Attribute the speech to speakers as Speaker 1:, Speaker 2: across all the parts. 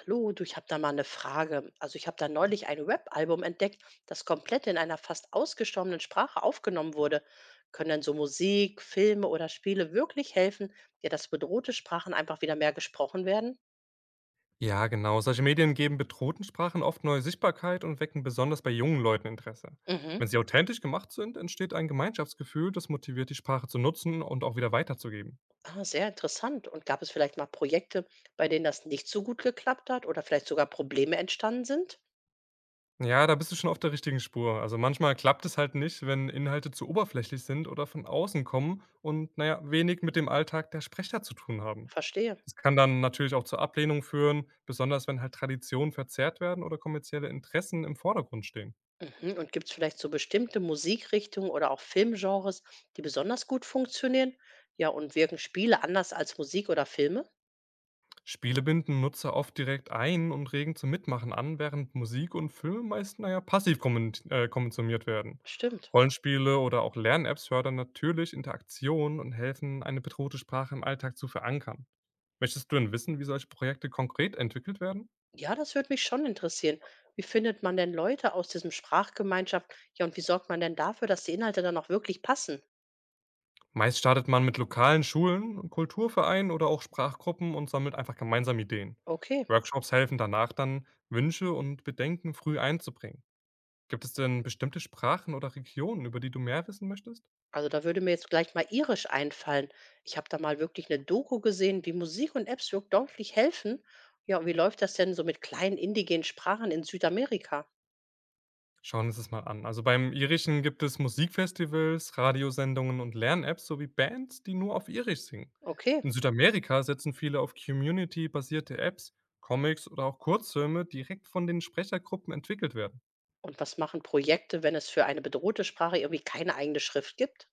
Speaker 1: Hallo, du, ich habe da mal eine Frage. Also ich habe da neulich ein Rap-Album entdeckt, das komplett in einer fast ausgestorbenen Sprache aufgenommen wurde. Können denn so Musik, Filme oder Spiele wirklich helfen, ja, dass bedrohte Sprachen einfach wieder mehr gesprochen werden?
Speaker 2: Ja, genau. Solche Medien geben bedrohten Sprachen oft neue Sichtbarkeit und wecken besonders bei jungen Leuten Interesse.
Speaker 1: Mhm.
Speaker 2: Wenn sie authentisch gemacht sind, entsteht ein Gemeinschaftsgefühl, das motiviert, die Sprache zu nutzen und auch wieder weiterzugeben.
Speaker 1: Ah, sehr interessant. Und gab es vielleicht mal Projekte, bei denen das nicht so gut geklappt hat oder vielleicht sogar Probleme entstanden sind?
Speaker 2: Ja, da bist du schon auf der richtigen Spur. Also manchmal klappt es halt nicht, wenn Inhalte zu oberflächlich sind oder von außen kommen und, naja, wenig mit dem Alltag der Sprecher zu tun haben.
Speaker 1: Verstehe.
Speaker 2: Das kann dann natürlich auch zur Ablehnung führen, besonders wenn halt Traditionen verzerrt werden oder kommerzielle Interessen im Vordergrund stehen.
Speaker 1: Mhm. Und gibt es vielleicht so bestimmte Musikrichtungen oder auch Filmgenres, die besonders gut funktionieren? Ja, und wirken Spiele anders als Musik oder Filme?
Speaker 2: Spiele binden Nutzer oft direkt ein und regen zum Mitmachen an, während Musik und Filme meist naja, passiv konsumiert werden.
Speaker 1: Stimmt.
Speaker 2: Rollenspiele oder auch Lern-Apps fördern natürlich Interaktion und helfen, eine bedrohte Sprache im Alltag zu verankern. Möchtest du denn wissen, wie solche Projekte konkret entwickelt werden?
Speaker 1: Ja, das würde mich schon interessieren. Wie findet man denn Leute aus diesem Sprachgemeinschaft? Ja, und wie sorgt man denn dafür, dass die Inhalte dann auch wirklich passen?
Speaker 2: Meist startet man mit lokalen Schulen, Kulturvereinen oder auch Sprachgruppen und sammelt einfach gemeinsam Ideen.
Speaker 1: Okay,
Speaker 2: Workshops helfen danach dann, Wünsche und Bedenken früh einzubringen. Gibt es denn bestimmte Sprachen oder Regionen, über die du mehr wissen möchtest?
Speaker 1: also da würde mir jetzt gleich mal Irisch einfallen. Ich habe da mal wirklich eine Doku gesehen, wie Musik und Apps wirklich deutlich helfen. Ja, und wie läuft das denn so mit kleinen indigenen Sprachen in Südamerika?
Speaker 2: Schauen wir uns das mal an. Also beim Irischen gibt es Musikfestivals, Radiosendungen und Lern-Apps sowie Bands, die nur auf Irisch singen.
Speaker 1: Okay.
Speaker 2: In Südamerika setzen viele auf Community-basierte Apps, Comics oder auch Kurzfilme, die direkt von den Sprechergruppen entwickelt werden.
Speaker 1: Und was machen Projekte, wenn es für eine bedrohte Sprache irgendwie keine eigene Schrift gibt?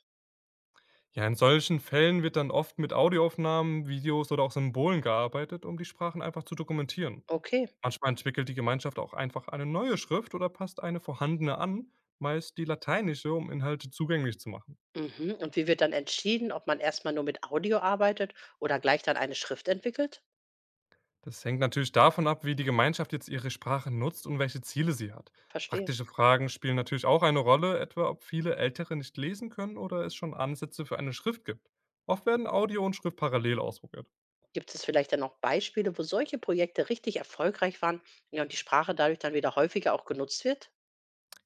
Speaker 2: Ja, in solchen Fällen wird dann oft mit Audioaufnahmen, Videos oder auch Symbolen gearbeitet, um die Sprachen einfach zu dokumentieren.
Speaker 1: Okay.
Speaker 2: Manchmal entwickelt die Gemeinschaft auch einfach eine neue Schrift oder passt eine vorhandene an, meist die lateinische, um Inhalte zugänglich zu machen.
Speaker 1: Mhm. Und wie wird dann entschieden, ob man erstmal nur mit Audio arbeitet oder gleich dann eine Schrift entwickelt?
Speaker 2: Das hängt natürlich davon ab, wie die Gemeinschaft jetzt ihre Sprache nutzt und welche Ziele sie hat.
Speaker 1: Verstehe.
Speaker 2: Praktische Fragen spielen natürlich auch eine Rolle, etwa ob viele Ältere nicht lesen können oder es schon Ansätze für eine Schrift gibt. Oft werden Audio und Schrift parallel ausprobiert.
Speaker 1: Gibt es vielleicht dann noch Beispiele, wo solche Projekte richtig erfolgreich waren, ja, und die Sprache dadurch dann wieder häufiger auch genutzt wird?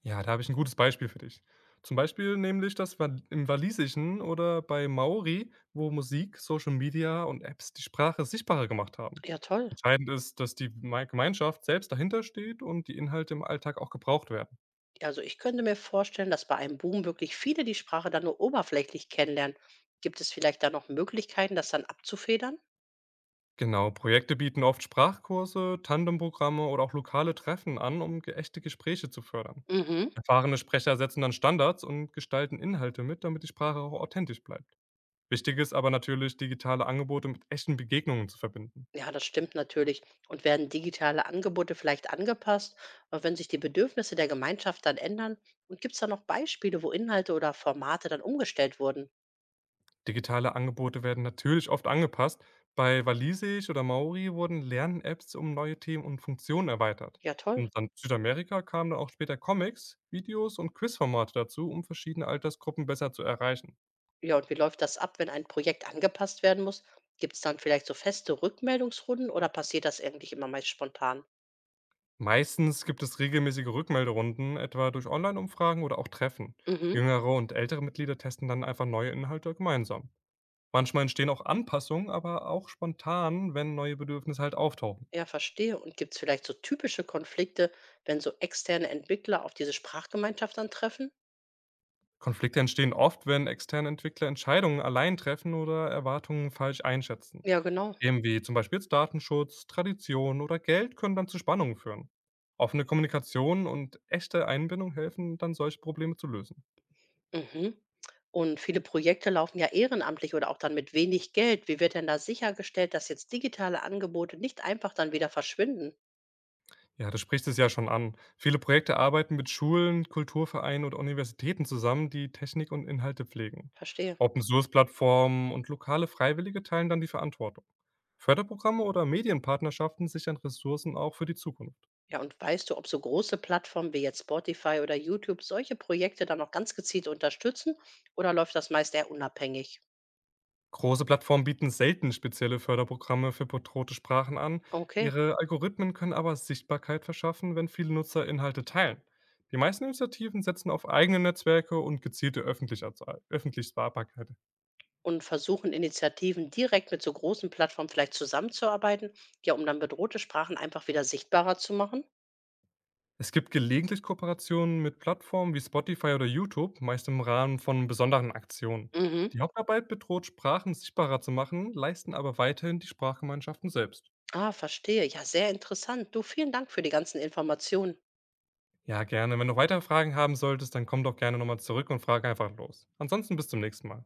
Speaker 2: Ja, da habe ich ein gutes Beispiel für dich. Zum Beispiel nämlich das Wal im Walisischen oder bei Maori, wo Musik, Social Media und Apps die Sprache sichtbarer gemacht haben.
Speaker 1: Ja, toll.
Speaker 2: Entscheidend ist, dass die Mei Gemeinschaft selbst dahinter steht und die Inhalte im Alltag auch gebraucht werden.
Speaker 1: Also ich könnte mir vorstellen, dass bei einem Boom wirklich viele die Sprache dann nur oberflächlich kennenlernen. Gibt es vielleicht da noch Möglichkeiten, das dann abzufedern?
Speaker 2: Genau, Projekte bieten oft Sprachkurse, Tandemprogramme oder auch lokale Treffen an, um ge echte Gespräche zu fördern.
Speaker 1: Mhm.
Speaker 2: Erfahrene Sprecher setzen dann Standards und gestalten Inhalte mit, damit die Sprache auch authentisch bleibt. Wichtig ist aber natürlich, digitale Angebote mit echten Begegnungen zu verbinden.
Speaker 1: Ja, das stimmt natürlich. Und werden digitale Angebote vielleicht angepasst, wenn sich die Bedürfnisse der Gemeinschaft dann ändern? Und gibt es da noch Beispiele, wo Inhalte oder Formate dann umgestellt wurden?
Speaker 2: Digitale Angebote werden natürlich oft angepasst. Bei Walisisch oder Maori wurden Lern-Apps um neue Themen und Funktionen erweitert.
Speaker 1: Ja, toll.
Speaker 2: In Südamerika kamen dann auch später Comics, Videos und Quizformate dazu, um verschiedene Altersgruppen besser zu erreichen.
Speaker 1: Ja, und wie läuft das ab, wenn ein Projekt angepasst werden muss? Gibt es dann vielleicht so feste Rückmeldungsrunden oder passiert das eigentlich immer meist spontan?
Speaker 2: Meistens gibt es regelmäßige Rückmelderunden, etwa durch Online-Umfragen oder auch Treffen.
Speaker 1: Mhm.
Speaker 2: Jüngere und ältere Mitglieder testen dann einfach neue Inhalte gemeinsam. Manchmal entstehen auch Anpassungen, aber auch spontan, wenn neue Bedürfnisse halt auftauchen.
Speaker 1: Ja, verstehe. Und gibt es vielleicht so typische Konflikte, wenn so externe Entwickler auf diese Sprachgemeinschaft dann treffen?
Speaker 2: Konflikte entstehen oft, wenn externe Entwickler Entscheidungen allein treffen oder Erwartungen falsch einschätzen.
Speaker 1: Ja, genau.
Speaker 2: Themen wie zum Beispiel jetzt Datenschutz, Tradition oder Geld können dann zu Spannungen führen. Offene Kommunikation und echte Einbindung helfen dann, solche Probleme zu lösen.
Speaker 1: Mhm. Und viele Projekte laufen ja ehrenamtlich oder auch dann mit wenig Geld. Wie wird denn da sichergestellt, dass jetzt digitale Angebote nicht einfach dann wieder verschwinden?
Speaker 2: Ja, du sprichst es ja schon an. Viele Projekte arbeiten mit Schulen, Kulturvereinen oder Universitäten zusammen, die Technik und Inhalte pflegen.
Speaker 1: Verstehe.
Speaker 2: Open-Source-Plattformen und lokale Freiwillige teilen dann die Verantwortung. Förderprogramme oder Medienpartnerschaften sichern Ressourcen auch für die Zukunft.
Speaker 1: Ja, und weißt du, ob so große Plattformen wie jetzt Spotify oder YouTube solche Projekte dann auch ganz gezielt unterstützen oder läuft das meist eher unabhängig?
Speaker 2: Große Plattformen bieten selten spezielle Förderprogramme für bedrohte Sprachen an.
Speaker 1: Okay.
Speaker 2: Ihre Algorithmen können aber Sichtbarkeit verschaffen, wenn viele Nutzer Inhalte teilen. Die meisten Initiativen setzen auf eigene Netzwerke und gezielte öffentliche Öffentlichbarkeit.
Speaker 1: Und versuchen Initiativen direkt mit so großen Plattformen vielleicht zusammenzuarbeiten, ja, um dann bedrohte Sprachen einfach wieder sichtbarer zu machen?
Speaker 2: Es gibt gelegentlich Kooperationen mit Plattformen wie Spotify oder YouTube, meist im Rahmen von besonderen Aktionen.
Speaker 1: Mhm.
Speaker 2: Die Hauptarbeit bedroht Sprachen sichtbarer zu machen, leisten aber weiterhin die Sprachgemeinschaften selbst.
Speaker 1: Ah, verstehe. Ja, sehr interessant. Du, vielen Dank für die ganzen Informationen.
Speaker 2: Ja, gerne. Wenn du weitere Fragen haben solltest, dann komm doch gerne nochmal zurück und frag einfach los. Ansonsten bis zum nächsten Mal.